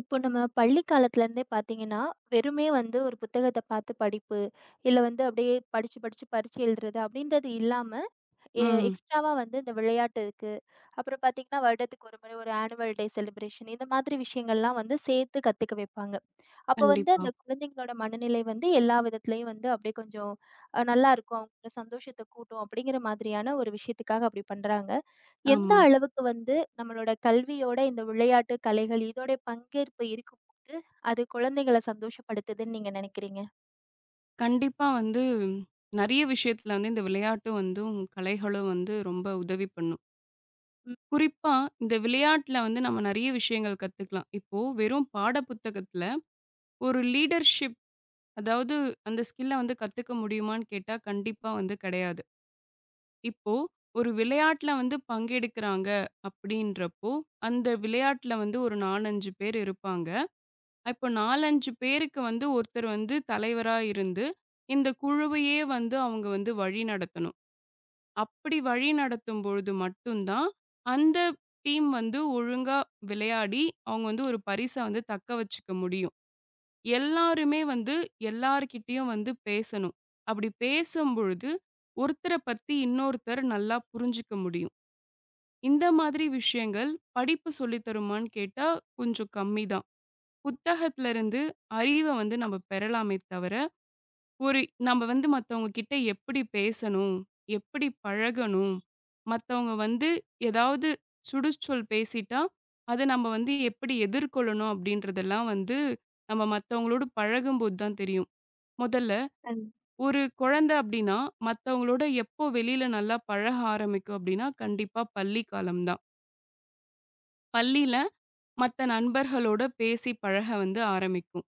இப்போ நம்ம பள்ளி காலத்துல இருந்தே பார்த்தீங்கன்னா, வெறுமே வந்து ஒரு புத்தகத்த பார்த்து படிப்பு, இல்ல வந்து அப்படியே படிச்சு படிச்சு பரீட்சை எழுதுறது அப்படின்றது இல்லாம, எ ம். எக்ஸ்ட்ராவா வந்து இந்த விளையாட்டு இருக்கு. அப்புறம் பார்த்தீங்கன்னா, வருடத்துக்கு ஒரு முறை ஒரு ஆனுவல் டே செலிப்ரேஷன் இந்த மாதிரி விஷயங்கள்லாம் வந்து சேர்த்து கத்துக்க வைப்பாங்க. அப்போ வந்து கண்டிப்பா. அந்த குழந்தைங்களோட மனநிலை வந்து எல்லா விதத்திலயும் வந்து அப்படியே கொஞ்சம் நல்லாருக்கும். அவங்க சந்தோஷத்த கூட்டும் அப்படிங்கிற மாதிரியான ஒரு விஷயத்துக்காக அப்படி பண்றாங்க. எந்த ஆமா. அளவுக்கு வந்து நம்மளோட கல்வியோட இந்த விளையாட்டு, கலைகள் இதோடைய பங்கேற்பு இருக்கும்போது, அது குழந்தைகள சந்தோஷப்படுத்துதுன்னு நீங்க நினைக்கிறீங்க? கண்டிப்பா வந்து நெறைய விஷயத்துல வந்து இந்த விளையாட்டு வந்தும், கலைகளும் வந்து ரொம்ப உதவி பண்ணும். குறிப்பா இந்த விளையாட்டுல வந்து நம்ம நெறைய விஷயங்கள் கத்துக்கலாம். இப்போ வெறும் பாட புத்தகத்துல ஒரு லீடர்ஷிப் அதாவது அந்த ஸ்கில்ல வந்து கத்துக்க முடியுமான்னு கேட்டா, கண்டிப்பா வந்து கிடையாது. இப்போ ஒரு விளையாட்டுல வந்து பங்கெடுக்கிறாங்க அப்படின்றப்போ, அந்த விளையாட்டுல வந்து ஒரு 4, 5 பேர் இருப்பாங்க. இப்போ 4, 5 பேருக்கு வந்து ஒருத்தர் வந்து தலைவரா இருந்து, இந்த குழுவையே வந்து அவங்க வந்து வழிநடத்தணும். அப்படி வழிநடத்தும் பொழுது மட்டும் தான், அந்த டீம் வந்து ஒழுங்கா விளையாடி, அவங்க வந்து ஒரு பரிச வந்து தக்க வச்சுக்க முடியும். எல்லாருமே வந்து எல்லார்கிட்டயும் வந்து பேசணும். அப்படி பேசும்பொழுது, ஒருத்தர பத்தி இன்னொருத்தர் நல்லா புரிஞ்சுக்க முடியும். இந்த மாதிரி விஷயங்கள் படிப்பு சொல்லி தருமான்னு கேட்டா, கொஞ்சம் கம்மிதான். புத்தகத்திலருந்து அறிவ வந்து நம்ம பெறலாமே தவிர, ஒரு நம்ம வந்து மத்தவங்க கிட்ட எப்படி பேசணும்? எப்படி பழகணும்? மத்தவங்க வந்து ஏதாவது சுடுச்சொல் பேசிட்டா, அத நம்ம வந்து எப்படி எதிர்கொள்ளணும்? அப்படின்றதெல்லாம் வந்து நம்ம மத்தவங்களோடு பழகும்போது தான் தெரியும். முதல்ல கண் ஒரு குழந்தை அப்படின்னா, மத்தவங்களோட எப்போ வெளியில நல்லா பழக ஆரம்பிக்கும் அப்படின்னா, கண்டிப்பா பள்ளி காலம் தான். பள்ளியில மத்த நண்பர்களோட பேசி பழக வந்து ஆரம்பிக்கும்.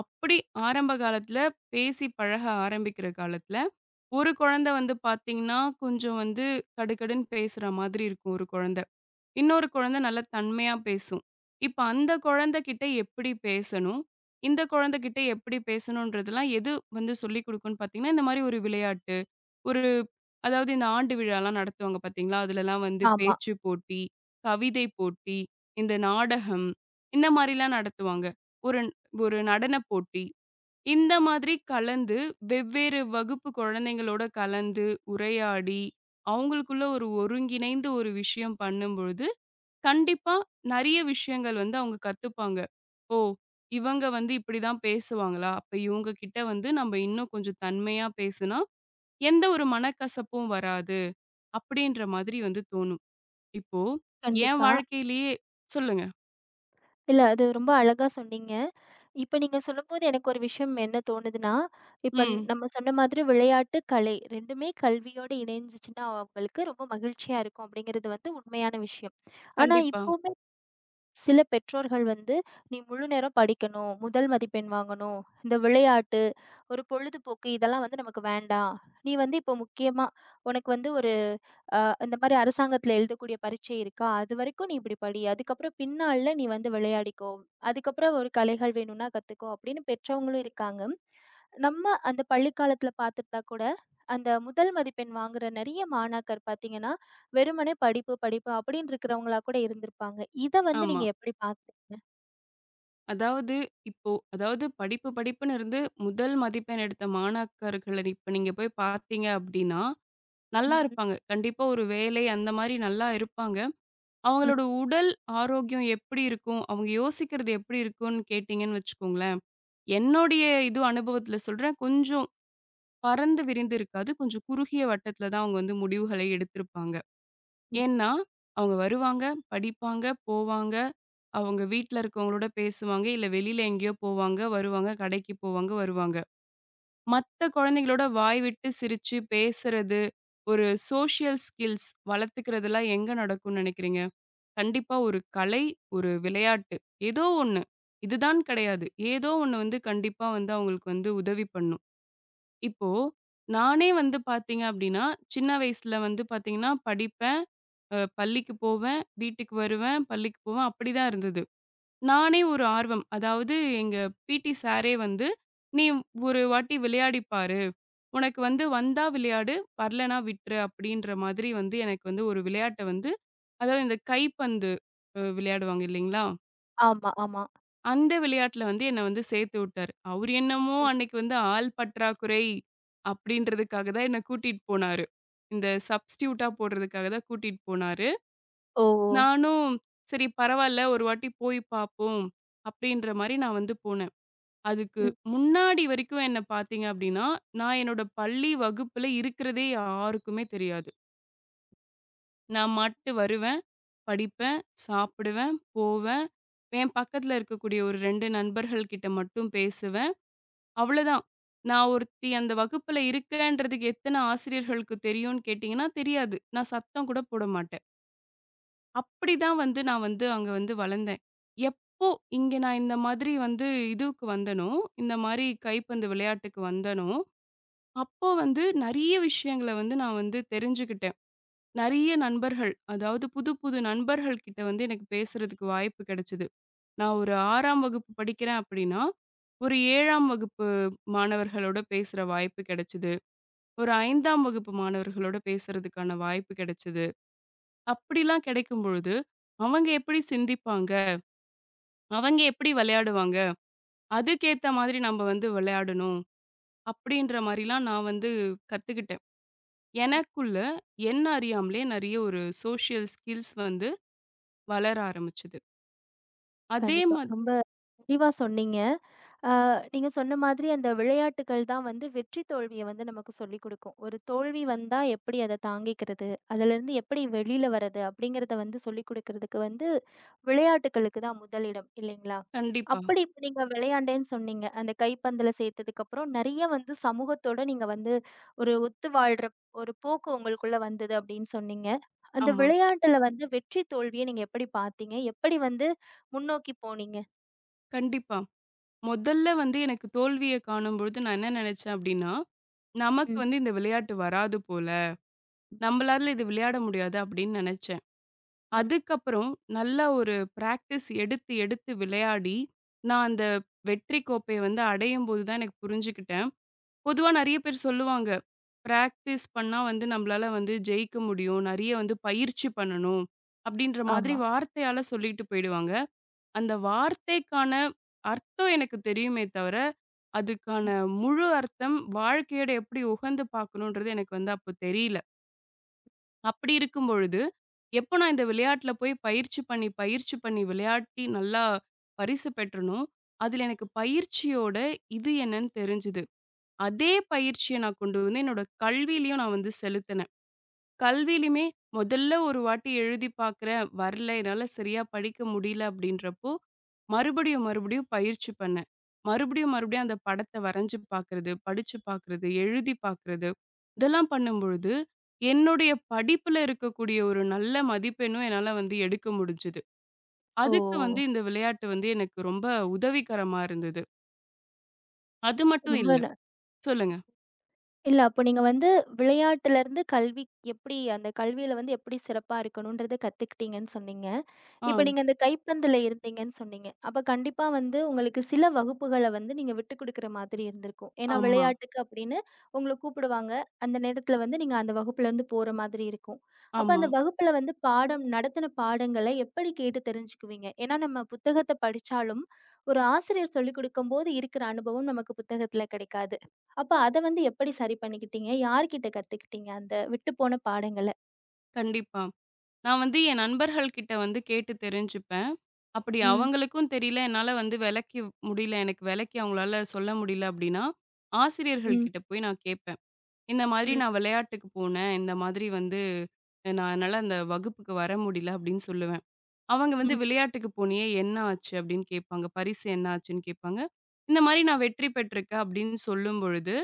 அப்படி ஆரம்ப காலத்துல பேசி பழக ஆரம்பிக்கிற காலத்துல, ஒரு குழந்தை வந்து பார்த்தீங்கன்னா, கொஞ்சம் வந்து கடுகடுன்னு பேசுற மாதிரி இருக்கும் ஒரு குழந்தை. இன்னொரு குழந்தை நல்லா தன்மையா பேசும். இப்ப அந்த குழந்தைகிட்ட எப்படி பேசணும்? இந்த குழந்தைகிட்ட எப்படி பேசணுன்றதெல்லாம் எது வந்து சொல்லிக் குடுக்கும்ன்னு பார்த்தீங்கன்னா, இந்த மாரி ஒரு விளையாட்டு, ஒரு அதாவது இந்த ஆண்டு விழாலாம் நடத்துவாங்க பார்த்தீங்களா? அதுலலாம் வந்து ஆமா. பேச்சு போட்டி, கவிதை போட்டி, இந்த நாடகம், இந்த மாரிலாம் நடத்துவாங்க. ஒரு ஒரு நடனப் போட்டி. இந்த மாதிரி கலந்து, வெவ்வேறு வகுப்பு குழந்தைங்களோட கலந்து, உரையாடி, அவங்களுக்குள்ள ஒரு ஒருங்கிணைந்த ஒரு விஷயம் பண்ணும்பொழுது, கண்டிப்பா நெறைய விஷயங்கள் வந்து அவங்க கத்துப்பாங்க. ஓ! இவங்க வந்து இப்படிதான் பேசுவாங்களா? அப்ப இவங்க கிட்ட வந்து நம்ம இன்னும் கொஞ்சம் தன்மையா பேசுனா, எந்த ஒரு மனக்கசப்பும் வராது. அப்படின்ற மாதிரி வந்து தோணும். இப்போ என் கண்டிப்பா. வாழ்க்கையிலேயே சொல்லுங்க. இல்ல. அது ரொம்ப அழகா சொன்னீங்க. இப்ப நீங்க சொல்லும்போது எனக்கு ஒரு விஷயம் என்ன தோணுதுன்னா, இப்ப ம். நம்ம சொன்ன மாதிரி விளையாட்டு, கலை ரெண்டுமே கல்வியோடு இணைஞ்சுச்சுன்னா, அவங்களுக்கு ரொம்ப மகிழ்ச்சியா இருக்கும் அப்படிங்கிறது வந்து உண்மையான விஷயம். ஆனா கண்டிப்பா. இப்பவுமே சில பெற்றோர்கள் வந்து, "நீ முழு நேரம் படிக்கணும், முதல் மதிப்பெண் வாங்கணும், இந்த விளையாட்டு, ஒரு பொழுதுபோக்கு இதெல்லாம் வந்து நமக்கு வேண்டாம். நீ வந்து இப்போ முக்கியமா உனக்கு வந்து ஒரு" அ இந்த மாரி அரசாங்கத்துல எழுதக்கூடிய பரீட்சை இருக்கா? அதுவரைக்கும் நீ இப்படி படி. அதுக்கப்புறம் பின்னாள்ல நீ வந்து விளையாடிக்கோ. அதுக்கப்புறம் ஒரு கலைகள் வேணும்னா கத்துக்கோ அப்படின்னு பெற்றவங்களும் இருக்காங்க. நம்ம அந்த பள்ளி காலத்துல பார்த்துட்டா கூட, அந்த முதல் மதிப்பெண் வாங்குற நெறைய மாணாக்கர் பார்த்தீங்கன்னா, வெறுமனே படிப்பு, படிப்பு அப்படின்னு இருக்கிறவங்களா கூட இருந்திருப்பாங்க. இத வந்து ஆமா. நீங்க எப்படி பார்க்குறீங்க? அதாவது இப்போ அதாவது படிப்பு படிப்புன்னு இருந்து முதல் மதிப்பெண் எடுத்த மாணாக்கர்கள இப்ப நீங்க போய் பார்த்தீங்க அப்படின்னா, நல்லா ம், இருப்பாங்க. கண்டிப்பா ஒரு வேலை அந்த மாரி நல்லா இருப்பாங்க. ம், அவங்களோட உடல் ஆரோக்கியம் எப்படி இருக்கும்? அவங்க யோசிக்கிறது எப்படி இருக்கும்னு கேட்டீங்கன்னு வச்சுக்கோங்களேன், என்னுடைய இது அனுபவத்துல சொல்றேன். கொஞ்சம் பறந்து விரிந்து இருக்காது. கொஞ்சம் குறுகிய வட்டத்துல தான் அவங்க வந்து முடிவுகளை எடுத்திருப்பாங்க. ம், ம். ஏன்னா, அவங்க வருவாங்க, படிப்பாங்க, போவாங்க. அவங்க வீட்ல இருக்கவங்களோட பேசுவாங்க. இல்ல வெளியில எங்கேயோ போவாங்க, வருவாங்க. கடைக்கு போவாங்க, வருவாங்க. மத்த குழந்தைங்களோட வாய் விட்டு சிரிச்சு பேசுறது, ஒரு சோஷியல் ஸ்கில்ஸ் வளர்த்துக்கிறதெல்லாம் எங்க நடக்கும்னு நினைக்கிறீங்க? கண்டிப்பா ஒரு கலை, ஒரு விளையாட்டு, ஏதோ ஒண்ணு. இதுதான் கிடையாது. ஏதோ ஒண்ணு வந்து கண்டிப்பா வந்து அவங்களுக்கு வந்து உதவி பண்ணும். இப்போ நானே வந்து பார்த்தீங்க அப்டின்னா, சின்ன வயசுல வந்து பார்த்தீங்கன்னா படிப்பேன். பள்ளிக்கு போவேன், வீட்டுக்கு வருவேன், பள்ளிக்கு போவேன். அப்படிதான் இருந்தது. நானே ஒரு ஆர்வம். அதாவது எங்க பிடி சாரே வந்து, "நீ ஒரு வாட்டி விளையாடி பாரு. உனக்கு வந்து வந்தா விளையாடு, வரலனா விட்ரு" அப்படின்ற மாதிரி வந்து எனக்கு வந்து ஒரு விளையாட்ட வந்து அதாவது இந்த கைப்பந்து விளையாடுவாங்க இல்லைங்களா? ஆமா, ஆமா. அந்த விளையாட்டுல வந்து என்ன வந்து சேர்த்து விட்டாரு. அவரு என்னமோ ம். அன்னைக்கு வந்து ஆள் பற்றாக்குறை அப்படின்றதுக்காக தான் என்ன கூட்டிட்டு போனாரு. இந்த சப்ஸ்டிட்யூட்டா போடுறதுக்காக தான் கூட்டிட்டு போனாரு. ஓ! நானும் சரி பரவால்ல, ஒரு வாட்டி போய் பார்ப்போம். அப்படின்ற மாரி நான் வந்து போனேன். அதுக்கு ம், முன்னாடி வரைக்கும் என்ன பார்த்தீங்க அப்படின்னா, நான் என்னோட பள்ளி வகுப்புல இருக்கிறதே யாருக்குமே தெரியாது. நான் மாட்டு வருவேன், ம். படிப்பேன், சாப்பிடுவேன், போவேன். என் பக்கத்துல இருக்கக்கூடிய ஒரு 2 நண்பர்கள் கிட்ட மட்டும் பேசுவேன். அவ்வளோதான். நான் ஒருத்தி அந்த வகுப்புல இருக்கேன்றதுக்கு எத்தன ஆசிரியர்களுக்கு தெரியும்னு கேட்டீங்கன்னா தெரியாது. நான் சத்தம் கூட போட மாட்டேன். அப்படிதான் வந்து நான் வந்து அங்க வந்து வளர்ந்தேன். எப்போ இங்க நான் இந்த மாதிரி வந்து இதுவுக்கு வந்தேனோ, இந்த மாரி கைப்பந்து விளையாட்டுக்கு வந்தேனோ, அப்போ வந்து நெறைய விஷயங்கள வந்து நான் வந்து தெரிஞ்சுக்கிட்டேன். நெறைய நண்பர்கள், அதாவது புது புது நண்பர்கள் கிட்ட வந்து எனக்கு பேசுறதுக்கு வாய்ப்பு கிடைச்சது. நான் ஒரு 6ஆம் வகுப்பு படிக்கிறேன் அப்படின்னா, ஒரு 7ஆம் வகுப்பு மாணவர்களோட பேசுற வாய்ப்பு கிடைச்சது. ஒரு 5ஆம் வகுப்பு மாணவர்களோட பேசுறதுக்கான வாய்ப்பு கிடைச்சது. அப்படிலாம் கிடைக்கும் பொழுது, அவங்க எப்படி சிந்திப்பாங்க? அவங்க எப்படி விளையாடுவாங்க? அதுக்கேத்த மாதிரி நம்ம வந்து விளையாடணும். அப்படின்ற மாரிலாம் நான் வந்து கத்துக்கிட்டேன். எனக்குள்ள என்ன அறியாமலே நெறைய ஒரு சோஷியல் ஸ்கில்ஸ் வந்து வளர ஆரம்பிச்சது. அதே கண்டிப்பா. மா ரொம்ப தெளிவா சொன்னீங்க. அ நீங்க சொன்ன மாதிரி அந்த விளையாட்டுக்கள் தான் வந்து வெற்றி தோல்விய வந்து நமக்கு சொல்லிக் குடுக்கும். ஒரு தோல்வி வந்தா எப்படி அத தாங்கிக்கிறது, அதுலருந்து எப்படி வெளியில வர்றது அப்படிங்கிறத வந்து சொல்லிக் குடுக்கறதுக்கு வந்து விளையாட்டுக்களுக்கு தான் முதலிடம் இல்லைங்களா? கண்டிப்பா. அப்படி இப்ப நீங்க விளையாண்டேன்னு சொன்னீங்க. அந்த கைப்பந்துல சேர்த்ததுக்கு அப்புறம் நெறைய வந்து சமூகத்தோட நீங்க வந்து ஒரு ஒத்து வாழ்ற ஒரு போக்கு உங்களுக்குள்ள வந்தது அப்படின்னு சொன்னீங்க. அந்த ஆமா. விளையாட்டுல வந்து வெற்றி தோல்விய நீங்க எப்படி பார்த்தீங்க? எப்படி வந்து முன்னோக்கி போனீங்க? கண்டிப்பா. முதல்ல வந்து எனக்கு தோல்விய காணும்பொழுது நான் என்ன நெனச்சேன் அப்படின்னா, நமக்கு ம். வந்து இந்த விளையாட்டு வராது போல. நம்மளால இது விளையாட முடியாது அப்படின்னு நெனச்சேன். ம். அதுக்கப்புறம் நல்லா ஒரு பிராக்டிஸ் எடுத்து, எடுத்து விளையாடி, நான் அந்த வெற்றி கோப்பைய வந்து அடையும்போது தான் எனக்கு புரிஞ்சுக்கிட்டேன். பொதுவா நெறைய பேர் சொல்லுவாங்க, "பிராக்டிஸ் பண்ணா வந்து நம்மளால வந்து ஜெயிக்க முடியும். நெறைய வந்து பயிற்சி பண்ணணும்." அப்படின்ற மாதிரி ஆமா. வார்த்தையால சொல்லிட்டு போயிடுவாங்க. அந்த வார்த்தைக்கான அர்த்தம் எனக்கு தெரியுமே தவிர, அதுக்கான முழு அர்த்தம் வாழ்க்கையோட எப்படி உகந்து பார்க்கணுன்றது எனக்கு வந்து அப்போ தெரியல. அப்படி இருக்கும் பொழுது, எப்போ நான் இந்த விளையாட்ல போய் பயிற்சி பண்ணி, பயிற்சி பண்ணி விளையாட்டி நல்லா பரிசு பெற்றனோ, அதில எனக்கு பயிற்சியோட இது என்னன்னு தெரிஞ்சது. அதே பயிற்சிய நான் கொண்டு வந்து என்னோட கல்வியிலயும் நான் வந்து செலுத்தினேன். கல்வியிலுமே முதல்ல ஒரு வாட்டி எழுதி பார்க்குறேன். வரல. என்னால சரியா படிக்க முடியல அப்படின்றப்போ, மறுபடியும் மறுபடியும் பயிற்சி பண்ணேன். மறுபடியும் மறுபடியும் அந்த படத்த வரைஞ்சு பார்க்குறது, படிச்சு பார்க்குறது, எழுதி பார்க்குறது, இதெல்லாம் பண்ணும்பொழுது, என்னுடைய படிப்புல இருக்கக்கூடிய ஒரு நல்ல மதிப்பெண்ணும் என்னால வந்து எடுக்க முடிஞ்சது. ஓ! அதுக்கு வந்து இந்த விளையாட்டு வந்து எனக்கு ரொம்ப உதவிகரமா இருந்தது. அது மட்டும் ரொம்ப இல்ல ந சொல்லுங்க. இல்ல அப்போ நீங்க வந்து விளையாட்டுல இருந்து கல்வி எப்படி அந்த கல்வியில வந்து எப்படி சிறப்பா இருக்கணும்ன்றத கத்துக்கிட்டீங்கன்னு சொன்னீங்க. ஆ, இப்ப நீங்க அந்த கைப்பந்துல இருந்தீங்கன்னு சொன்னீங்க. அப்ப கண்டிப்பா வந்து உங்களுக்கு சில வகுப்புகள வந்து நீங்க விட்டுக் குடுக்குற மாதிரி இருந்திருக்கும். ஏன்னா ஆமா, விளையாட்டுக்கு அப்படின்னு உங்கள கூப்பிடுவாங்க. அந்த நேரத்துல வந்து நீங்க அந்த வகுப்புல இருந்து போற மாதிரி இருக்கும். அப்ப ஆமா. அந்த வகுப்புல வந்து பாடம் நடத்தின பாடங்கள எப்படி கேட்டு தெரிஞ்சுக்குவீங்க? ஏன்னா நம்ம புத்தகத்த படிச்சாலும், ஒரு ஆசிரியர் சொல்லிக் குடுக்கும்போது இருக்கிற அனுபவம் நமக்கு புத்தகத்துல கிடைக்காது. அப்ப அத வந்து எப்படி சரி பண்ணிக்கிட்டீங்க? யார்கிட்ட கத்துக்கிட்டீங்க அந்த விட்டுப்போன பாடங்கள? கண்டிப்பா. நான் வந்து என் நண்பர்கள் கிட்ட வந்து கேட்டு தெரிஞ்சுப்பேன். அப்படி ம், அவங்களுக்கும் தெரியல, என்னால வந்து விளக்கி முடியல. எனக்கு விளக்கி அவங்களால சொல்ல முடியல அப்படின்னா, ஆசிரியர்கள் ம், கிட்ட போய் நான் கேட்பேன். இந்த மாதிரி ம், நான் விளையாட்டுக்கு போனேன். இந்த மாதிரி வந்து நான் என்னால அந்த வகுப்புக்கு வர முடியல அப்படின்னு சொல்லுவேன். அவங்க வந்து ம். விளையாட்டுக்கு போனியே என்ன ஆச்சு அப்படின்னு கேட்பாங்க. பரிசு என்ன ஆச்சுன்னு கேட்பாங்க. இந்த மாதிரி நான் வெற்றி பெற்றிருக்கேன் அப்படின்னு சொல்லும் பொழுது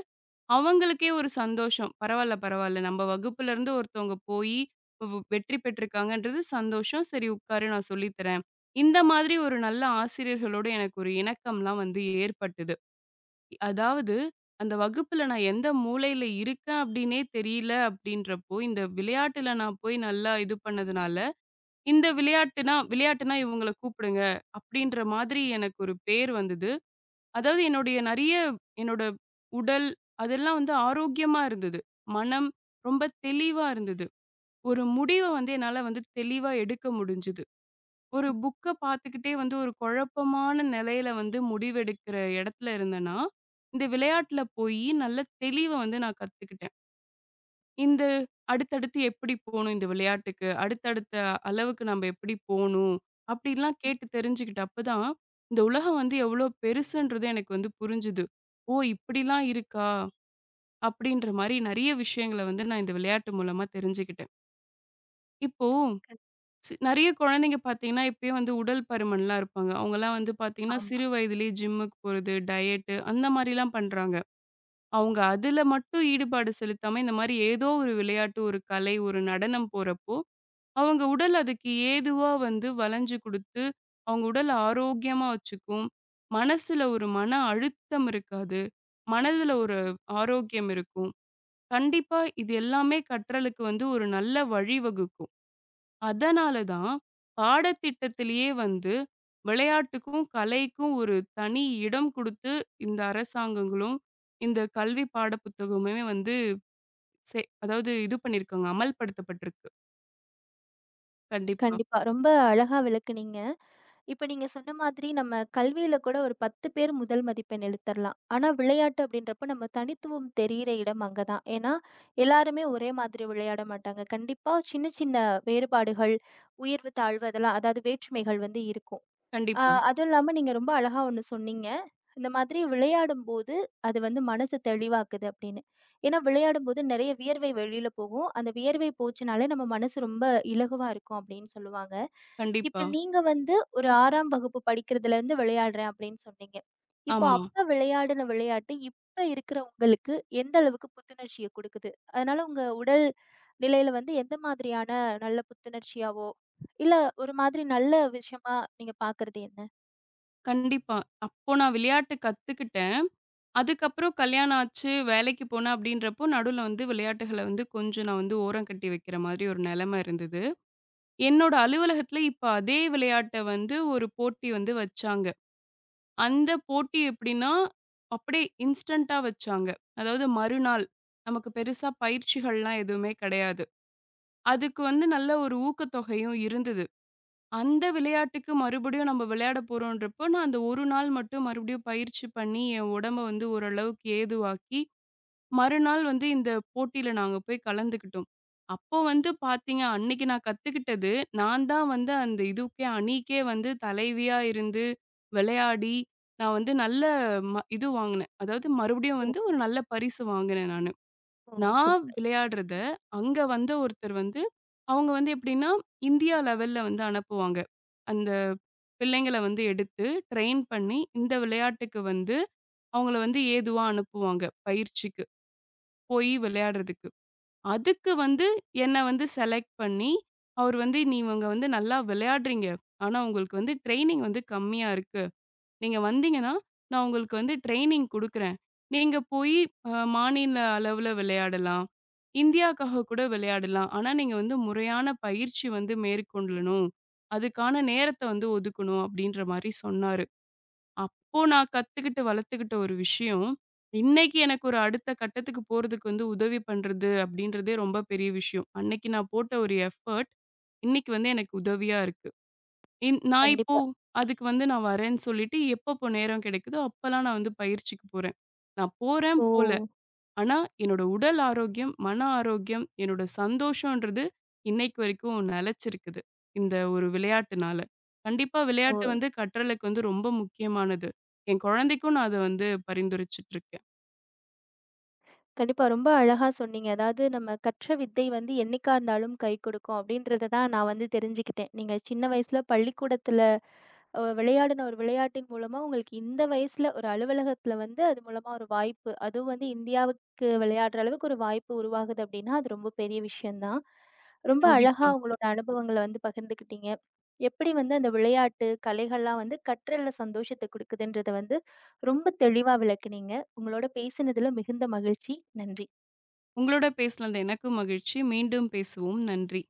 அவங்களுக்கே ஒரு சந்தோஷம். பரவால்ல, பரவால்ல. நம்ம வகுப்புல இருந்து ஒருத்தவங்க போயி வெற்றி பெற்றிருக்காங்கன்றது சந்தோஷம். சரி உட்காரு நான் சொல்லி தரேன். இந்த மாதிரி ஒரு நல்ல ஆசிரியர்களோடு எனக்கு ஒரு இணக்கம்லாம் வந்து ஏற்பட்டது. அதாவது அந்த வகுப்புல நான் எந்த மூலையில இருக்கேன் அப்டின்னே தெரியல அப்டின்றப்போ, இந்த விளையாட்டுல நான் போய் நல்லா இது பண்ணதுனால, இந்த விளையாட்டுனா விளையாட்டுனா இவங்கள கூப்பிடுங்க அப்டின்ற மாதிரி எனக்கு ஒரு பேர் வந்தது. அதாவது என்னுடைய நெறைய என்னோட உடல் அதெல்லாம் வந்து ஆரோக்கியமா இருந்தது. மனம் ரொம்ப தெளிவா இருந்தது. ஒரு முடிவ வந்து என்னால வந்து தெளிவா எடுக்க முடிஞ்சது. ஒரு புக்க பார்த்துக்கிட்டே வந்து ஒரு குழப்பமான நிலையில வந்து முடிவெடுக்கிற இடத்துல இருந்தேன்னா, இந்த விளையாட்டுல போயி நல்ல தெளிவ வந்து நான் கத்துக்கிட்டேன். இந்த அடுத்தடுத்து எப்படி போணும் இந்த விளையாட்டுக்கு? அடுத்தடுத்த அளவுக்கு நம்ம எப்படி போணும்? அப்படிலாம் கேட்டு தெரிஞ்சுக்கிட்டு அப்பதான், இந்த உலகம் வந்து எவ்வளோ பெருசுன்றது எனக்கு வந்து புரிஞ்சுது. ஓ! இப்படிலாம் இருக்கா? அப்படின்ற மாரி நெறைய விஷயங்கள வந்து நான் இந்த விளையாட்டு மூலமா தெரிஞ்சுக்கிட்டேன். இப்போ கண் நெறைய குழந்தைங்க பார்த்தீங்கன்னா, இப்பயே வந்து உடல் பருமன்லாம் இருப்பாங்க. அவங்கலாம் வந்து பார்த்தீங்கன்னா, ஆமா. சிறு வயதிலேயே ஜிம்முக்கு போறது, டயட்டு அந்த மாரிலாம் பண்றாங்க. அவங்க அதுல மட்டும் ஈடுபாடு செலுத்தாம, இந்த மாரி ஏதோ ஒரு விளையாட்டு, ஒரு கலை, ஒரு நடனம் போறப்போ, அவங்க உடல் அதுக்கு ஏதுவா வந்து வளைஞ்சு குடுத்து, அவங்க உடல் ஆரோக்கியமா வச்சுக்கும். மனசுல ஒரு மன அழுத்தம் இருக்காது. மனதுல ஒரு ஆரோக்கியம் இருக்கும். கண்டிப்பா இது எல்லாமே கற்றலுக்கு வந்து ஒரு நல்ல வழிவகுக்கும். அதனால தான் பாடத்திட்டத்திலேயே வந்து விளையாட்டுக்கும், கலைக்கும் ஒரு தனி இடம் குடுத்து, இந்த அரசாங்கங்களும், இந்த கல்வி பாட புத்தகமுமே வந்து செ அதாவது இது பண்ணியிருக்காங்க. அமல்படுத்தப்பட்டிருக்கு. கண்டிப்பா, கண்டிப்பா. ரொம்ப அழகா விளக்குனீங்க. இப்ப நீங்க சொன்ன மாதிரி நம்ம கல்வியில கூட ஒரு 10 பேர் முதல் மதிப்பெண் எடுத்துரலாம். ஆனா விளையாட்டு அப்படின்றப்ப நம்ம தனித்துவம் தெரியிற இடம் அங்க தான். ஏன்னா, எல்லாருமே ஒரே மாதிரி விளையாட மாட்டாங்க. கண்டிப்பா சின்ன சின்ன வேறுபாடுகள், உயர்வு, தாழ்வு அதெல்லாம் அதாவது வேற்றுமைகள் வந்து இருக்கும். அ கண்டிப்பா, அதுவும் இல்லாம நீங்க ரொம்ப அழகா ஒண்ணு சொன்னீங்க. இந்த மாதிரி விளையாடும்போது அது வந்து மனசு தெளிவாக்குது அப்படின்னு. ஏன்னா விளையாடும்போது நெறைய வியர்வை வெளியில போகும். அந்த வியர்வை போச்சுனாலே நம்ம மனசு ரொம்ப இலகுவா இருக்கும் அப்படின்னு சொல்லுவாங்க. கண்டிப்பா. இப்ப நீங்க வந்து ஒரு 6ஆம் வகுப்பு படிக்கிறதுலருந்து விளையாடுறேன் அப்படின்னு சொன்னீங்க. இப்போ ஆமா. அப்ப விளையாடின விளையாட்டு, இப்ப இருக்கிற உங்களுக்கு எந்த அளவுக்கு புத்துணர்ச்சிய குடுக்குது? அதனால உங்க உடல் நிலையில வந்து எந்த மாதிரியான நல்ல புத்துணர்ச்சியாவோ, இல்ல ஒரு மாதிரி நல்ல விஷயமா நீங்க பார்க்கறது என்ன? கண்டிப்பா. அப்போ நான் விளையாட்டு கத்துக்கிட்டேன். அதுக்கப்புறம் கல்யாணம் ஆச்சு, வேலைக்கு போனேன் அப்படின்றப்போ, நடுவுல வந்து விளையாட்டுகள வந்து கொஞ்சம் நான் வந்து ஓரம் கட்டி வைக்கிற மாதிரி ஒரு நிலைமை இருந்தது. என்னோட அலுவலகத்துல இப்ப அதே விளையாட்ட வந்து ஒரு போட்டி வந்து வச்சாங்க. அந்த போட்டி எப்படின்னா, அப்படியே இன்ஸ்டன்ட்டா வச்சாங்க. அதாவது மறுநாள். நமக்கு பெருசா பயிற்சிகள்லாம் எதுவுமே கிடையாது. அதுக்கு வந்து நல்ல ஒரு ஊக்கத்தொகையும் இருந்தது. அந்த விளையாட்டுக்கு மறுபடியும் நம்ம விளையாட போறோம்ன்றப்போ, நான் அந்த ஒரு நாள் மட்டும் மறுபடியும் பயிற்சி பண்ணி, என் உடம்ப வந்து ஓரளவுக்கு ஏதுவாக்கி மறுநாள் வந்து இந்த போட்டியில நாங்க போய் கலந்துக்கிட்டோம். அப்போ வந்து பார்த்தீங்க, அன்னைக்கு நான் கத்துக்கிட்டது, நான் தான் வந்து அந்த இதுக்கே அணிக்கே வந்து தலைவியா இருந்து விளையாடி, நான் வந்து நல்ல இது வாங்குனேன். அதாவது மறுபடியும் ஓ! வந்து ஒரு நல்ல பரிசு வாங்குனேன் நானு. ஓ! நான் சூப்பர். விளையாடுறத அங்க வந்த ஒருத்தர் வந்து அவங்க வந்து எப்படின்னா, இந்தியா லெவல்ல வந்து அனுப்புவாங்க. அந்த பிள்ளைங்கள வந்து எடுத்து ட்ரெயின் பண்ணி, இந்த விளையாட்டுக்கு வந்து அவங்கள வந்து ஏதுவா அனுப்புவாங்க, பயிற்சிக்கு. போய் விளையாடுறதுக்கு. அதுக்கு வந்து என்ன வந்து செலக்ட் பண்ணி, அவரு வந்து "நீங்க வந்து நல்லா விளையாடுறீங்க. ஆனா உங்களுக்கு வந்து ட்ரெய்னிங் வந்து கம்மியா இருக்கு. நீங்க வந்தீங்கன்னா, நான் உங்களுக்கு வந்து ட்ரெய்னிங் குடுக்குறேன். நீங்க போய் மாநில அளவுல விளையாடலாம். இந்தியாக்காக கூட விளையாடலாம். ஆனா நீங்க வந்து முறையான பயிற்சி வந்து மேற்கொள்ளணும். அதுக்கான நேரத்த வந்து ஒதுக்கணும்." அப்படீன்ற மாரி சொன்னாரு. அப்போ நான் கத்துக்கிட்டு, வளர்த்துக்கிட்ட ஒரு விஷயம், இன்னைக்கு எனக்கு ஒரு அடுத்த கட்டத்துக்கு போறதுக்கு வந்து உதவி பண்றது அப்படின்றதே ரொம்ப பெரிய விஷயம். அன்னைக்கு நான் போட்ட ஒரு எஃபர்ட், இன்னைக்கு வந்து எனக்கு உதவியா இருக்கு. நான் இப்போ கண்டிப்பா. அதுக்கு வந்து நான் வரேன்னு சொல்லிட்டு எப்பப்போ நேரம் கிடைக்குதோ, அப்பலாம் நான் வந்து பயிற்சிக்கு போறேன். நான் போறேன், ஓ! போல ஆனா, என்னோட உடல் ஆரோக்கியம், மன ஆரோக்கியம், என்னோட சந்தோஷம்ன்றது இன்னைக்கு வரைக்கும் நிலைச்சிருக்குது. இந்த ஒரு விளையாட்டுனால. கண்டிப்பா ஓ! விளையாட்டு வந்து கற்றலுக்கு வந்து ரொம்ப முக்கியமானது. என் குழந்தைக்கும் நான் அத வந்து பரிந்துரைச்சுட்டு இருக்கேன். கண்டிப்பா ரொம்ப அழகா சொன்னீங்க. அதாவது நம்ம கற்ற வித்தை வந்து என்னைக்கா இருந்தாலும் கை கொடுக்கும் அப்படின்றத தான் நான் வந்து தெரிஞ்சுக்கிட்டேன். நீங்க சின்ன வயசுல பள்ளிக்கூடத்துல விளையாடின ஒரு விளையாட்டின் மூலமா உங்களுக்கு இந்த வயசுல ஒரு அலுவலகத்துல வந்து அது மூலமா ஒரு வாய்ப்பு, அதுவும் வந்து இந்தியாவுக்கு விளையாடுற அளவுக்கு ஒரு வாய்ப்பு உருவாகுது அப்படின்னா, அது ரொம்ப பெரிய விஷயம் தான். ரொம்ப அழகா கண்டிப்பா. உங்களோட அனுபவங்கள வந்து பகிர்ந்துக்கிட்டீங்க. எப்படி வந்து அந்த விளையாட்டு, கலைகள்லாம் வந்து கற்றல்ல சந்தோஷத்த குடுக்குதுன்றத வந்து ரொம்ப தெளிவா விளக்குனீங்க. உங்களோட பேசினதுல மிகுந்த மகிழ்ச்சி. நன்றி. உங்களோட பேசினது எனக்கும் மகிழ்ச்சி. மீண்டும் பேசுவோம். நன்றி.